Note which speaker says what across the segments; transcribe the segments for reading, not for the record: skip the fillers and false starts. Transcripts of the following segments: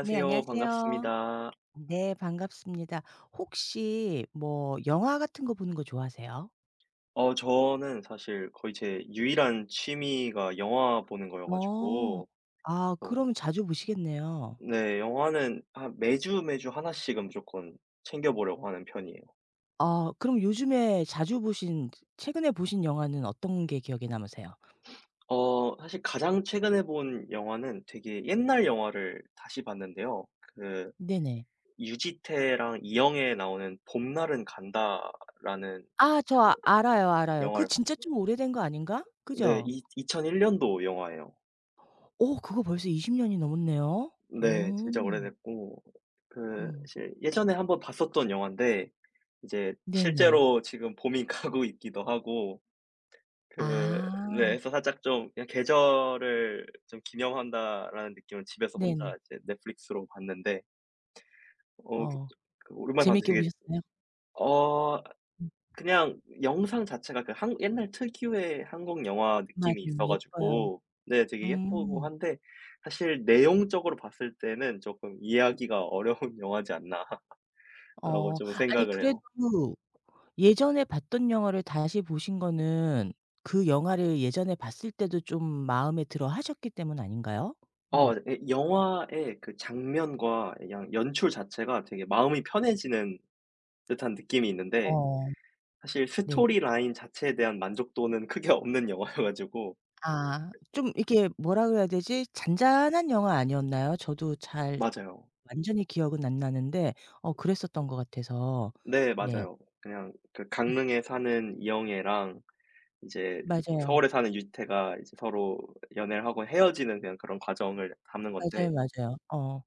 Speaker 1: 네, 안녕하세요.
Speaker 2: 반갑습니다.
Speaker 1: 네, 반갑습니다. 혹시 뭐 영화 같은 거 보는 거 좋아하세요?
Speaker 2: 저는 사실 거의 제 유일한 취미가 영화 보는 거여
Speaker 1: 어.
Speaker 2: 가지고.
Speaker 1: 아,
Speaker 2: 어
Speaker 1: 그러면 자주 보시겠네요.
Speaker 2: 네, 영화는 한 매주 하나 씩은 무조건 챙겨 보려고 하는 편이에요.
Speaker 1: 아, 그럼 요즘에 자주 보신 최근에 보신 영화는 어떤 게 기억에 남으세요?
Speaker 2: 사실 가장 최근에 본 영화는 되게 옛날 영화를 다시 봤는데요. 그
Speaker 1: 네네.
Speaker 2: 유지태랑 이영애 나오는 봄날은 간다라는
Speaker 1: 아, 알아요, 알아요. 그
Speaker 2: 영화를 봤
Speaker 1: 진짜 좀 오래된 거 아닌가?
Speaker 2: 네.
Speaker 1: 그죠?
Speaker 2: 이 2001 년도 영화예요.
Speaker 1: 오, 그거 벌써 20 년이 넘었네요.
Speaker 2: 네, 진짜
Speaker 1: 오.
Speaker 2: 오래됐고.
Speaker 1: 어.
Speaker 2: 사실 예전에 한번 봤었던 영화인데, 이제
Speaker 1: 네네.
Speaker 2: 실제로 지금 봄이 가고 있기도 하고 그
Speaker 1: 아.
Speaker 2: 네, 해서 살짝 좀 그냥 '계절을 좀 기념한다.'라는 느낌으로 집에서 혼자
Speaker 1: 네네.
Speaker 2: 이제 넷플릭스로 봤는데, 어 그
Speaker 1: 어.
Speaker 2: 오랜만에 봤는데
Speaker 1: 재밌게
Speaker 2: 되게,
Speaker 1: 보셨어요?
Speaker 2: 어
Speaker 1: 음.
Speaker 2: 그냥 영상 자체가 그 한 옛날 특유의 한국 영화 느낌이
Speaker 1: 맞아요.
Speaker 2: 있어
Speaker 1: 예뻐요.
Speaker 2: 가지고, 네 되게 예쁘고
Speaker 1: 음.
Speaker 2: 한데, 사실 내용적으로 봤을 때는 쪼끔 이해하기가 어려운 영화지 않나라고
Speaker 1: 어.
Speaker 2: 좀
Speaker 1: 아니,
Speaker 2: 생각을 해요.
Speaker 1: 그래도 예전에 봤던 영화를 다시 보신 거는 그 영화를 예전에 봤을 때도 좀 마음에 들어 하셨기 때문 아닌가요? 응.
Speaker 2: 예, 영화의 그 장면과 그냥 연출 자체가 되게 마음이 편해지는 듯한 느낌이 있는데,
Speaker 1: 어.
Speaker 2: 사실
Speaker 1: 네.
Speaker 2: 스토리 라인 자체에 대한 만족도는 크게 없는 영화여 가지고.
Speaker 1: 아, 좀 이렇게 뭐라 그래야 되지? 잔잔한 영화 아니었나요? 저도 잘
Speaker 2: 맞아요.
Speaker 1: 완전히 기억은 안 나는데 그랬었던 것 같아서.
Speaker 2: 네
Speaker 1: 네.
Speaker 2: 맞아요. 그냥 그
Speaker 1: 음.
Speaker 2: 강릉에 사는 이영애랑 이제
Speaker 1: 맞아요.
Speaker 2: 서울에 사는 유태가 이제 서로 연애를 하고 헤어지는 그냥 그런 과정을 담는
Speaker 1: 맞아요,
Speaker 2: 건데.
Speaker 1: 맞아요. 어.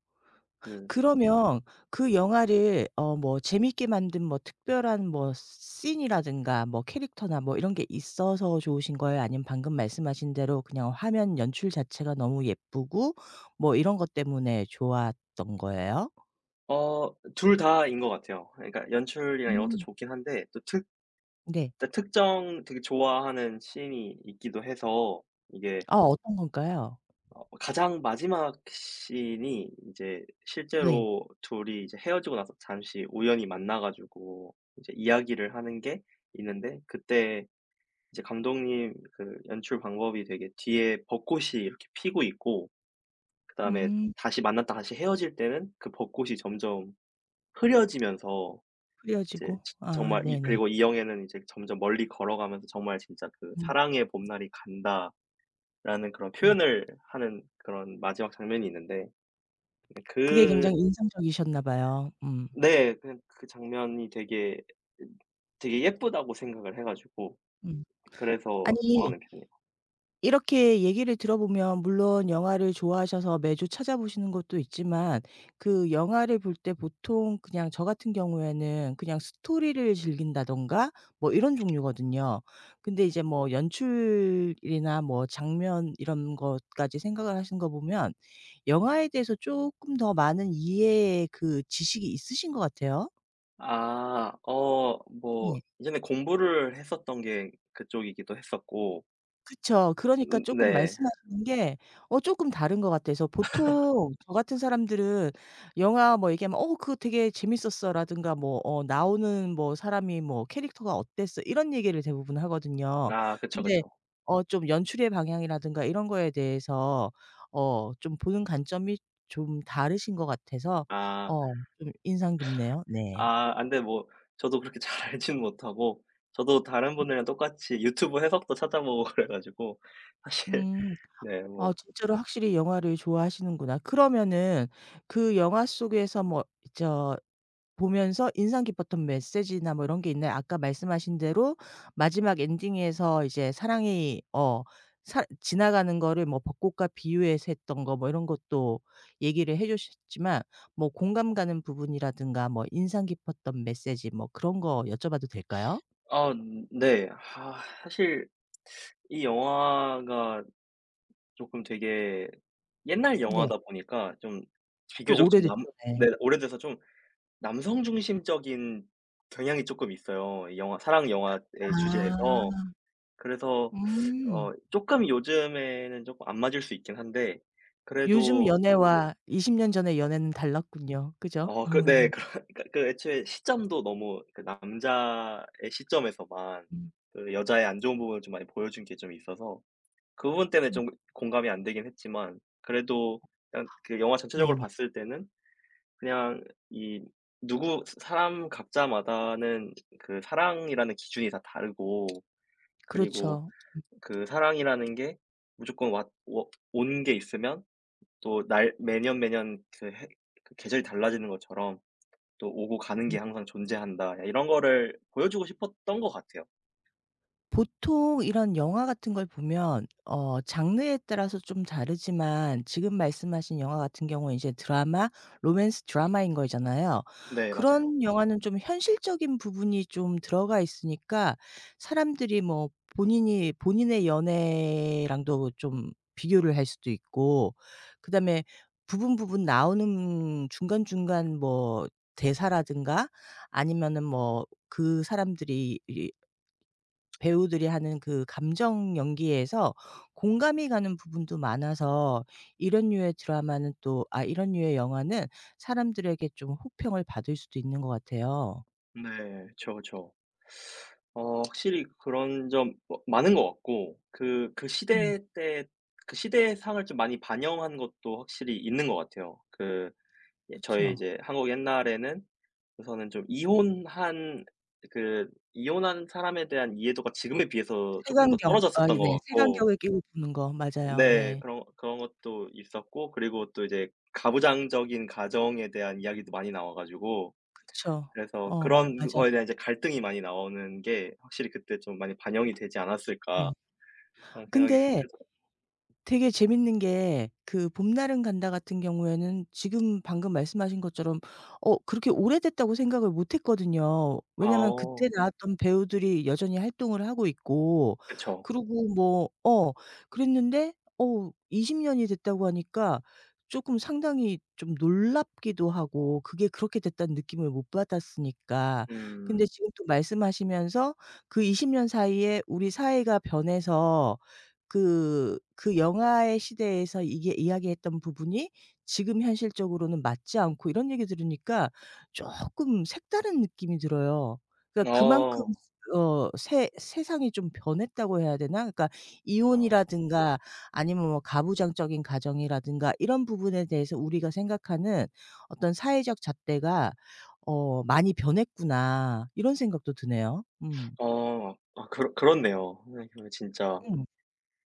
Speaker 2: 그
Speaker 1: 그러면 그 영화를 뭐 재밌게 만든 뭐 특별한 뭐 씬이라든가 뭐 캐릭터나 뭐 이런 게 있어서 좋으신 거예요? 아니면 방금 말씀하신 대로 그냥 화면 연출 자체가 너무 예쁘고 뭐 이런 것 때문에 좋았던 거예요?
Speaker 2: 둘 다인 것 같아요. 그러니까 연출이랑 이런 것도
Speaker 1: 음.
Speaker 2: 좋긴 한데 또 특
Speaker 1: 네.
Speaker 2: 그러니까 특정 되게 좋아하는 씬이 있기도 해서. 이게,
Speaker 1: 아, 어떤 건가요?
Speaker 2: 가장 마지막 씬이 이제
Speaker 1: 네.
Speaker 2: 실제로 둘이 이제 헤어지고 나서 잠시 우연히 만나 가지고 이제 이야기를 하는 게 있는데, 그때 이제 감독님 그 연출 방법이 되게 뒤에 벚꽃이 이렇게 피고 있고, 그다음에
Speaker 1: 음
Speaker 2: 다시 만났다 다시 헤어질 때는 그 벚꽃이 점점 흐려지면서 이제,
Speaker 1: 흐려지고.
Speaker 2: 지
Speaker 1: 아,
Speaker 2: 정말 이
Speaker 1: 네네.
Speaker 2: 그리고 이 영애는 이제 점점 멀리 걸어가면서 정말 진짜 그
Speaker 1: 음.
Speaker 2: "사랑의 봄날이 간다."라는 그런
Speaker 1: 음.
Speaker 2: 표현을 하는 그런 마지막 장면이 있는데. 네,
Speaker 1: 그게 굉장히 인상적이셨나 봐요. 음.
Speaker 2: 네. 그냥 그 장면이 되게, 음 되게 예쁘다고 생각을 해 가지고.
Speaker 1: 음.
Speaker 2: 그래서 좋아하
Speaker 1: 아니,
Speaker 2: 는 편이에요.
Speaker 1: 이렇게 얘기를 들어보면 물론 영화를 좋아하셔서 매주 찾아보시는 것도 있지만 그 영화를 볼 때 보통 그냥 저 같은 경우에는 그냥 스토리를 즐긴다던가 뭐 이런 종류거든요. 근데 이제 뭐 연출이나 뭐 장면 이런 것까지 생각을 하신 거 보면 영화에 대해서 조금 더 많은 이해의 그 지식이 있으신 것 같아요.
Speaker 2: 아. 뭐 이전에 공부를 했었던 게 그쪽이기도 했었고.
Speaker 1: 그쵸. 그러니까 쪼끔
Speaker 2: 네.
Speaker 1: 말씀하시는 게 쪼끔 다른 것 같아서 보통 저 같은 사람들은 영화 뭐 얘기하면 "어 그거 되게 재밌었어."라든가 뭐 어 "나오는 뭐 사람이 뭐 캐릭터가 어땠어." 이런 얘기를 대부분 하거든요.
Speaker 2: 아 그쵸,
Speaker 1: 근데
Speaker 2: 그쵸.
Speaker 1: 좀 연출의 방향이라든가 이런 거에 대해서 좀 보는 관점이 좀 다르신 것 같아서
Speaker 2: 아.
Speaker 1: 어 좀 인상 깊네요. 네.
Speaker 2: 아, 근데 뭐, 저도 그렇게 잘 알지는 못하고, 저도 다른 분들이랑 똑같이 유튜브 해석도 찾아보고 그래 가지고 사실.
Speaker 1: 음.
Speaker 2: 네,
Speaker 1: 아,
Speaker 2: 뭐.
Speaker 1: 진짜로 확실히 영화를 좋아하시는구나. 그러면은 그 영화 속에서 뭐 저 보면서 인상 깊었던 메시지나 뭐 이런 게 있나요? 아까 말씀하신 대로 마지막 엔딩에서 이제 사랑이 어 사 지나가는 거를 뭐 벚꽃과 비유해서 했던 거 뭐 이런 것도 얘기를 해 주셨지만 뭐 공감 가는 부분이라든가 뭐 인상 깊었던 메시지 뭐 그런 거 여쭤봐도 될까요?
Speaker 2: 아 네. 아 사실 이 영화가 조금 되게 옛날
Speaker 1: 네.
Speaker 2: 영화다 보니까, 좀
Speaker 1: 좀
Speaker 2: 비교적 좀 남
Speaker 1: 오래됐죠. 네.
Speaker 2: 네 오래돼서 좀 남성 중심적인 경향이 쪼끔 있어요, 이 영화 사랑 영화의 주제에서.
Speaker 1: 아.
Speaker 2: 그래서,
Speaker 1: 음.
Speaker 2: 쪼끔 요즘에는 쪼끔 안 맞을 수 있긴 한데
Speaker 1: 요즘
Speaker 2: 그래도.
Speaker 1: 연애와 20년 전의 연애는 달랐군요. 그죠?
Speaker 2: 네.
Speaker 1: 음.
Speaker 2: 그런 그러니까 그 애초에 시점도 너무 그 남자의 시점에서만
Speaker 1: 음.
Speaker 2: 그 여자의 안 좋은 부분을 좀 많이 보여준 게 좀 있어서, 그 부분 때문에 좀 공감이 안 되긴 했지만, 그래도 그냥 그 영화 전체적으로
Speaker 1: 네네.
Speaker 2: 봤을 때는 그냥, 이 누구 사람 각자마다는 그 사랑이라는 기준이 다 다르고. 그리고
Speaker 1: 그렇죠.
Speaker 2: 그 사랑이라는 게 무조건 왔 워 온 게 있으면 또 날 매년 매년 그 해 그 계절이 달라지는 것처럼 또 오고 가는 게 항상 존재한다, 이런 거를 보여주고 싶었던 것 같아요.
Speaker 1: 보통 이런 영화 같은 걸 보면 장르에 따라서 좀 다르지만 지금 말씀하신 영화 같은 경우는 이제 드라마, 로맨스 드라마인 거잖아요.
Speaker 2: 네 맞아요.
Speaker 1: 그런 영화는 좀 현실적인 부분이 좀 들어가 있으니까 사람들이 뭐 본인이 본인의 연애랑도 좀 비교를 할 수도 있고 그다음에 부분 부분 나오는 중간중간 뭐 대사라든가 아니면은 뭐 그 사람들이 배우들이 하는 그 감정 연기에서 공감이 가는 부분도 많아서 이런 류의 드라마는 또 아 이런 류의 영화는 사람들에게 좀 호평을 받을 수도 있는 것 같아요.
Speaker 2: 네. 그쵸, 그쵸. 확실히 그런 점 뭐, 많은 것 같고, 그
Speaker 1: 음,
Speaker 2: 시대 때 그 시대의 상을 좀 많이 반영한 것도 확실히 있는 것 같아요. 예, 저희
Speaker 1: 그쵸.
Speaker 2: 이제 한국 옛날에는 우선은 좀 그 이혼한 사람에 대한 이해도가 지금에 비해서 조금 더
Speaker 1: 색안경. 아,
Speaker 2: 떨어졌었던 것
Speaker 1: 네.
Speaker 2: 같고.
Speaker 1: 색안경을 끼고 보는 거 맞아요.
Speaker 2: 네
Speaker 1: 네.
Speaker 2: 그런 것도 있었고, 그리고 또 이제 가부장적인 가정에 대한 이야기도 많이 나와 가지고,
Speaker 1: 그쵸.
Speaker 2: 그래서 그런
Speaker 1: 맞아요.
Speaker 2: 거에 대한 이제 갈등이 많이 나오는 게 확실히 그때 좀 많이 반영이 되지 않았을까
Speaker 1: 네.
Speaker 2: 그런 생각이 좀
Speaker 1: 근데
Speaker 2: 들더라고요.
Speaker 1: 되게 재밌는 게 그 봄날은 간다 같은 경우에는 지금 방금 말씀하신 것처럼 그렇게 오래됐다고 생각을 못 했거든요.
Speaker 2: 아
Speaker 1: 왜냐면 그때
Speaker 2: 어.
Speaker 1: 나왔던 배우들이 여전히 활동을 하고 있고
Speaker 2: 그쵸.
Speaker 1: 그리고 뭐 그랬는데 20 년이 됐다고 하니까 쪼끔 상당히 좀 놀랍기도 하고 그게 그렇게 됐다는 느낌을 못 받았으니까. 근데
Speaker 2: 음.
Speaker 1: 지금 또 말씀하시면서 그 20년 사이에 우리 사회가 변해서 그 영화의 시대에서 이게 이야기했던 부분이 지금 현실적으로는 맞지 않고 이런 얘기 들으니까 조금 색다른 느낌이 들어요. 그러니까 그만큼
Speaker 2: 어.
Speaker 1: 어 세 세상이 좀 변했다고 해야 되나? 그러니까
Speaker 2: 아.
Speaker 1: 이혼이라든가 아니면 뭐 가부장적인 가정이라든가 이런 부분에 대해서 우리가 생각하는 어떤 사회적 잣대가 '많이 변했구나.' 이런 생각도 드네요. 음.
Speaker 2: 어. 아 그렇네요. 생각해 보면 진짜
Speaker 1: 음.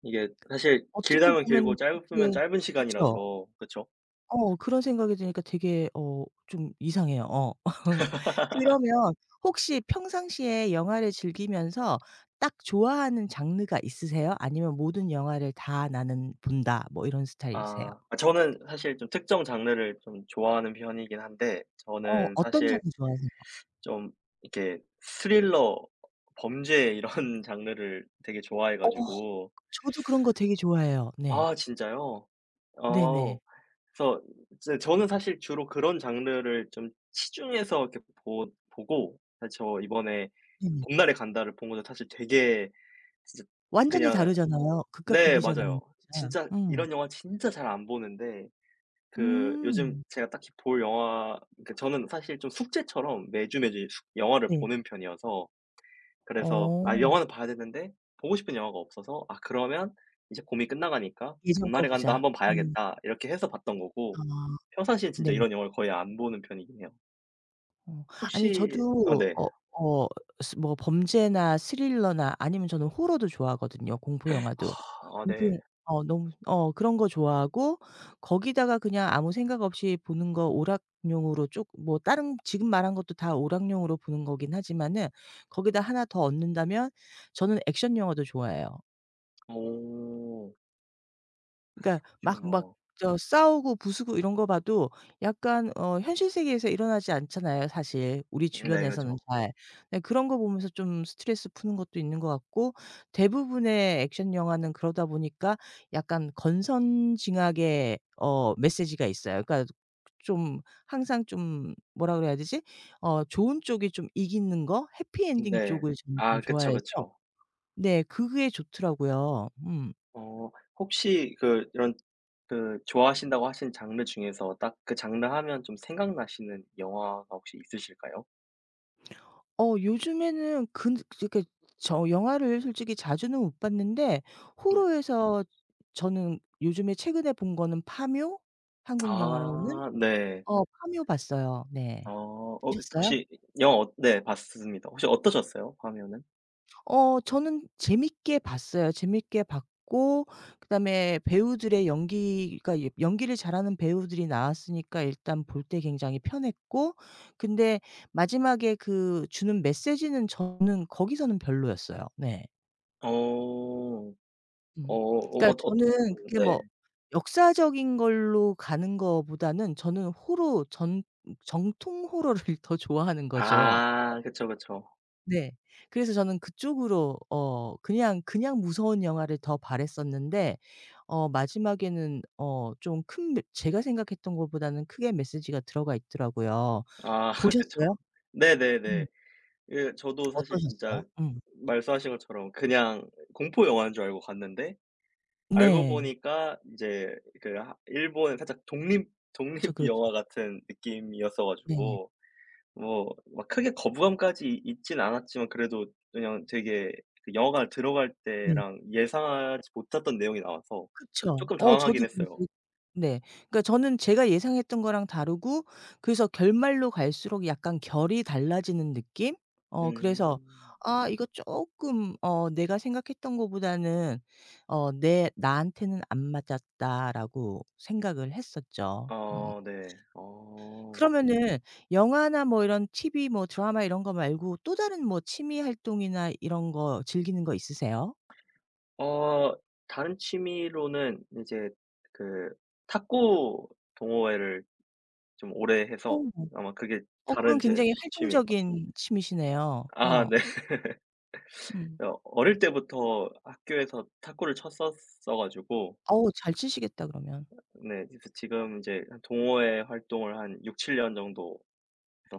Speaker 2: 이게 사실
Speaker 1: 어떻게
Speaker 2: 길다면
Speaker 1: 보면
Speaker 2: 길고 짧으면
Speaker 1: 그렇게
Speaker 2: 짧은
Speaker 1: 그쵸.
Speaker 2: 시간이라서, 그쵸?
Speaker 1: 그런 생각이 드니까 되게 좀 이상해요. 어. 그러면 혹시 평상시에 영화를 즐기면서 딱 좋아하는 장르가 있으세요? 아니면 모든 영화를 다 나는 본다 뭐 이런 스타일이세요?
Speaker 2: 아. 아 저는 사실 좀 특정 장르를 좀 좋아하는 편이긴 한데, 저는
Speaker 1: 어떤 장르
Speaker 2: 사실
Speaker 1: 좋아하세요?
Speaker 2: 좀 이렇게 스릴러, 범죄 이런 장르를 되게 좋아해
Speaker 1: 어
Speaker 2: 가지고.
Speaker 1: 저도 그런 거 되게 좋아해요. 네.
Speaker 2: 아 진짜요?
Speaker 1: 네네.
Speaker 2: 어. 그래서 이제 저는 사실 주로 그런 장르를 좀 시중에서 이렇게 보 보고, 사실 저 이번에
Speaker 1: 네네.
Speaker 2: 봄날의 간다를 본 건데, 사실 되게 진짜
Speaker 1: 완전히
Speaker 2: 그냥.
Speaker 1: 다르잖아요. 극과
Speaker 2: 네
Speaker 1: 극이잖아요
Speaker 2: 맞아요.
Speaker 1: 진짜.
Speaker 2: 진짜
Speaker 1: 음.
Speaker 2: 이런 영화 진짜 잘 안 보는데, 그 요즘
Speaker 1: 음.
Speaker 2: 제가 딱히 볼 영화, 그러니까 저는 사실 좀 숙제처럼 매주 숙 영화를
Speaker 1: 네.
Speaker 2: 보는 편이어서. 그래서,
Speaker 1: 어.
Speaker 2: 영화는 봐야 되는데 보고 싶은 영화가 없어서, '아 그러면 이제 봄이 끝나가니까
Speaker 1: 예전 거
Speaker 2: 봄날에 간다
Speaker 1: 보자.
Speaker 2: 한번
Speaker 1: 음.
Speaker 2: 봐야겠다.' 이렇게 해서 봤던 거고,
Speaker 1: 아.
Speaker 2: 평상시엔 진짜
Speaker 1: 네네.
Speaker 2: 이런 영화를 거의 안 보는 편이긴 해요.
Speaker 1: 어. 아니,
Speaker 2: 혹시. 아
Speaker 1: 저도
Speaker 2: 네.
Speaker 1: 어 어 스 뭐 범죄나 스릴러나 아니면 저는 호러도 좋아하거든요, 공포 영화도.
Speaker 2: 아
Speaker 1: 공포
Speaker 2: 네.
Speaker 1: 영 어 너무 그런 거 좋아하고 거기다가 그냥 아무 생각 없이 보는 거 오락용으로 쭉 뭐 다른 지금 말한 것도 다 오락용으로 보는 거긴 하지만은 거기다 하나 더 얻는다면 저는 액션 영화도 좋아해요.
Speaker 2: 어
Speaker 1: 그러니까 막
Speaker 2: 그러시구나.
Speaker 1: 저 싸우고 부수고 이런 거 봐도 약간 현실 세계에서 일어나지 않잖아요 사실 우리
Speaker 2: 네
Speaker 1: 주변에서는
Speaker 2: 그죠.
Speaker 1: 잘. 네, 그런 거 보면서 좀 스트레스 푸는 것도 있는 것 같고 대부분의 액션 영화는 그러다 보니까 약간 건선징악의 메시지가 있어요. 그러니까 좀 항상 좀 뭐라 그래야 되지? 좋은 쪽이 좀 이기는 거? 해피 엔딩
Speaker 2: 네.
Speaker 1: 쪽을 저는 좀
Speaker 2: 아 그쵸,
Speaker 1: 좋아해서
Speaker 2: 그쵸.
Speaker 1: 네, 그게 좋더라고요. 음.
Speaker 2: 어 혹시 그 이런 그 좋아하신다고 하신 장르 중에서 딱 그 장르 하면 좀 생각나시는 영화가 혹시 있으실까요?
Speaker 1: 요즘에는 근 그러니저 영화를 솔직히 자주는 못 봤는데
Speaker 2: 네.
Speaker 1: 호러에서 저는 요즘에 최근에 본 거는 파묘? 한국 영화로는
Speaker 2: 아 네.
Speaker 1: 파묘 봤어요. 네.
Speaker 2: 어.
Speaker 1: 보셨어요?
Speaker 2: 혹시 영화, 네 봤습니다. 혹시 어떠셨어요, 파묘는?
Speaker 1: 저는 재밌게 봤어요. 재밌게 봤고 그다음에 배우들의 연기가 예 연기를 잘하는 배우들이 나왔으니까 일단 볼 때 굉장히 편했고 근데 마지막에 그 주는 메시지는 저는 거기서는 별로였어요. 네.
Speaker 2: 어.
Speaker 1: 음. 그러니까
Speaker 2: 어떤.
Speaker 1: 저는 그게
Speaker 2: 네.
Speaker 1: 뭐 역사적인 걸로 가는 거보다는 저는 호로 전 정통 호러를 더 좋아하는 거죠.
Speaker 2: 아 그쵸, 그쵸.
Speaker 1: 네. 그래서 저는 그쪽으로 그냥 무서운 영화를 더 바랐었는데 마지막에는 좀 큰 메 제가 생각했던 것보다는 크게 메시지가 들어가 있더라고요.
Speaker 2: 아 그쵸.
Speaker 1: 보셨어요?
Speaker 2: 네네네.
Speaker 1: 음.
Speaker 2: 예 저도 사실 진짜
Speaker 1: 어떠셨어요? 음.
Speaker 2: 말씀하신 것처럼 그냥 공포 영화인 줄 알고 갔는데 알고
Speaker 1: 네.
Speaker 2: 보니까 이제 그 하 일본 살짝 독립
Speaker 1: 그렇죠, 그렇죠.
Speaker 2: 영화 같은 느낌이었어
Speaker 1: 네.
Speaker 2: 가지고, 뭐 막 크게 거부감까지 있진 않았지만 그래도 그냥 되게 그 영화관 들어갈
Speaker 1: 네.
Speaker 2: 때랑 예상하지 못했던 내용이 나와서
Speaker 1: 그쵸.
Speaker 2: 쪼끔
Speaker 1: 저도
Speaker 2: 당황하긴 했어요.
Speaker 1: 근데, 네. 그러니까 저는 제가 예상했던 거랑 다르고 그래서 결말로 갈수록 약간 결이 달라지는 느낌? 그래서
Speaker 2: 음.
Speaker 1: '아 이거 쪼끔 내가 생각했던 거보다는 어 내 나한테는 안 맞았다.'라고 생각을 했었죠. 음.
Speaker 2: 아 네. 어.
Speaker 1: 그러면은 영화나 뭐 이런 TV 뭐 드라마 이런 거 말고 또 다른 뭐 취미 활동이나 이런 거 즐기는 거 있으세요?
Speaker 2: 어 다른 취미로는 이제 그 탁구 동호회를 좀 오래 해서,
Speaker 1: 어.
Speaker 2: 아마 그게
Speaker 1: 그건
Speaker 2: 다른 제
Speaker 1: 굉장히
Speaker 2: 취미일 거예요.
Speaker 1: 활동적인 취미시네요.
Speaker 2: 아
Speaker 1: 어.
Speaker 2: 네.
Speaker 1: 음.
Speaker 2: 어 어릴 때부터 학교에서 탁구를 쳤었어 가지고.
Speaker 1: 어우, 잘 치시겠다 그러면.
Speaker 2: 네. 그래서 지금 이제 동호회 활동을 한 6-7년 정도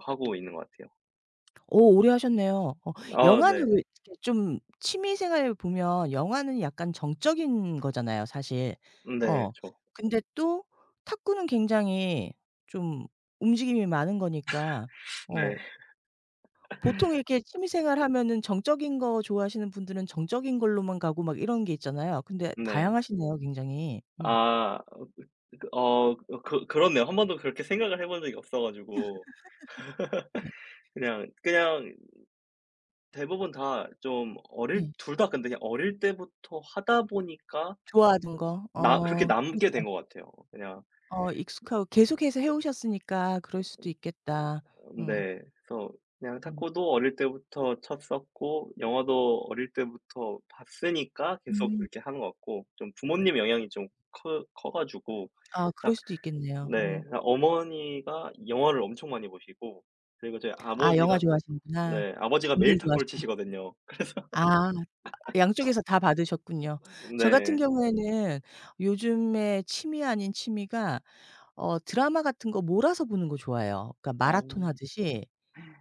Speaker 2: 하고 있는 것 같아요.
Speaker 1: 오, 오래 하셨네요. 어.
Speaker 2: 아
Speaker 1: 영화는
Speaker 2: 네.
Speaker 1: 왜 이렇게 좀 취미 생활 보면 영화는 약간 정적인 거잖아요 사실.
Speaker 2: 네.
Speaker 1: 어.
Speaker 2: 그쵸.
Speaker 1: 근데 또 탁구는 굉장히 좀 움직임이 많은 거니까 어
Speaker 2: 네.
Speaker 1: 보통 이렇게 취미 생활하면은 정적인 거 좋아하시는 분들은 정적인 걸로만 가고 막 이런 게 있잖아요. 근데
Speaker 2: 네.
Speaker 1: 다양하시네요 굉장히. 음.
Speaker 2: 아 그 어 그렇네요. 한 번도 그렇게 생각을 해본 적이 없어 가지고
Speaker 1: 네.
Speaker 2: 그냥 대부분 다 좀 어릴,
Speaker 1: 네.
Speaker 2: 둘 다 근데 그냥 어릴 때부터 하다 보니까
Speaker 1: 좋아하던 거.
Speaker 2: 나 그렇게
Speaker 1: 어,
Speaker 2: 남게
Speaker 1: 그렇죠.
Speaker 2: 된 것 같아요. 그냥.
Speaker 1: 익숙하고 계속해서 해 오셨으니까 그럴 수도 있겠다. 음.
Speaker 2: 네. 그래서 그냥
Speaker 1: 음.
Speaker 2: 탁구도 어릴 때부터 쳤었고 영어도 어릴 때부터 봤으니까 계속
Speaker 1: 음.
Speaker 2: 이렇게 하는 것 같고, 좀 부모님 영향이 좀 커 가지고
Speaker 1: 아, 그럴
Speaker 2: 딱.
Speaker 1: 수도 있겠네요.
Speaker 2: 네
Speaker 1: 음.
Speaker 2: 그냥 어머니가 영화를 엄청 많이 보시고, 그리고 저희
Speaker 1: 아, 영화
Speaker 2: 아버지가.
Speaker 1: 좋아하시는구나.
Speaker 2: 네 아버지가 매일
Speaker 1: 운동
Speaker 2: 탁구를
Speaker 1: 좋아하시고.
Speaker 2: 치시거든요.
Speaker 1: 아, 양쪽에서 다 받으셨군요. 저 같은
Speaker 2: 네.
Speaker 1: 경우에는 요즘에 취미 아닌 취미가 드라마 같은 거 몰아서 보는 거 좋아해요. 그러니까 마라톤
Speaker 2: 아우.
Speaker 1: 하듯이.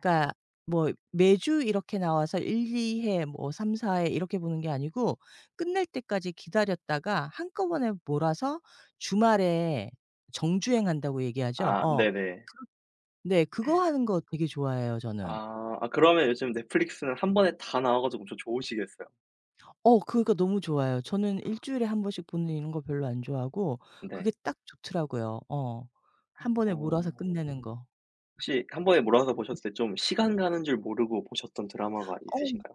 Speaker 1: 그러니까 뭐 매주 이렇게 나와서 1-2 회 뭐 3-4회 이렇게 보는 게 아니고 끝날 때까지 기다렸다가 한꺼번에 몰아서 주말에 정주행한다고 얘기하죠.
Speaker 2: 아
Speaker 1: 어.
Speaker 2: 네네.
Speaker 1: 네. 그거 하는 거 되게 좋아해요 저는.
Speaker 2: 아 아 그러면 요즘 넷플릭스는 한 번에 다 나와 가지고 엄청 좋으시겠어요.
Speaker 1: 그러니까 너무 좋아요. 저는 일 주일에 한 번씩 보는 이런 거 별로 안 좋아하고 그게
Speaker 2: 네.
Speaker 1: 딱 좋더라고요. 어. 한 번에 몰아서
Speaker 2: 어.
Speaker 1: 끝내는 거.
Speaker 2: 혹시 한 번에 몰아서 보셨을 때 좀 시간 가는 줄 모르고 보셨던 드라마가
Speaker 1: 어.
Speaker 2: 있으신가요?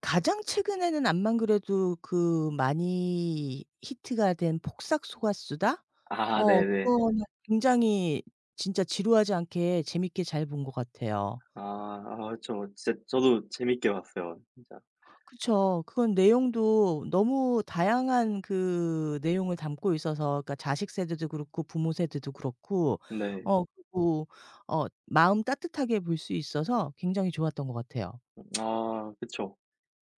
Speaker 1: 가장 최근에는 안만 그래도 그 많이 히트가 된 폭삭 소가수다?
Speaker 2: 아 네네.
Speaker 1: 그거는 굉장히 진짜 지루하지 않게 재밌게 잘 본 것 같아요.
Speaker 2: 아 아 저 진짜 저도 재밌게 봤어요 진짜.
Speaker 1: 그쵸. 그건 내용도 너무 다양한 그 내용을 담고 있어서 그러니까 자식 세대도 그렇고 부모 세대도 그렇고
Speaker 2: 네.
Speaker 1: 그리고 마음 따뜻하게 볼 수 있어서 굉장히 좋았던 것 같아요.
Speaker 2: 아 그쵸.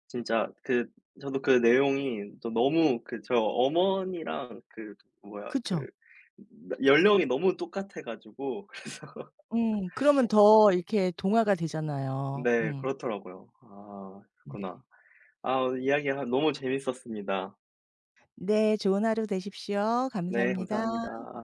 Speaker 2: 진짜 그, 저도 그 내용이 또 너무 어머니랑 뭐야 그
Speaker 1: 그쵸.
Speaker 2: 연령이 너무 똑같아 가지고
Speaker 1: 음. 그러면 더 이렇게 동화가 되잖아요.
Speaker 2: 네
Speaker 1: 음.
Speaker 2: 그렇더라고요. 아
Speaker 1: 네.
Speaker 2: 그렇구나. 아 오늘 이야기 하 너무 재밌었습니다.
Speaker 1: 네. 좋은 하루 되십시오.
Speaker 2: 네
Speaker 1: 감사합니다.
Speaker 2: 감사합니다.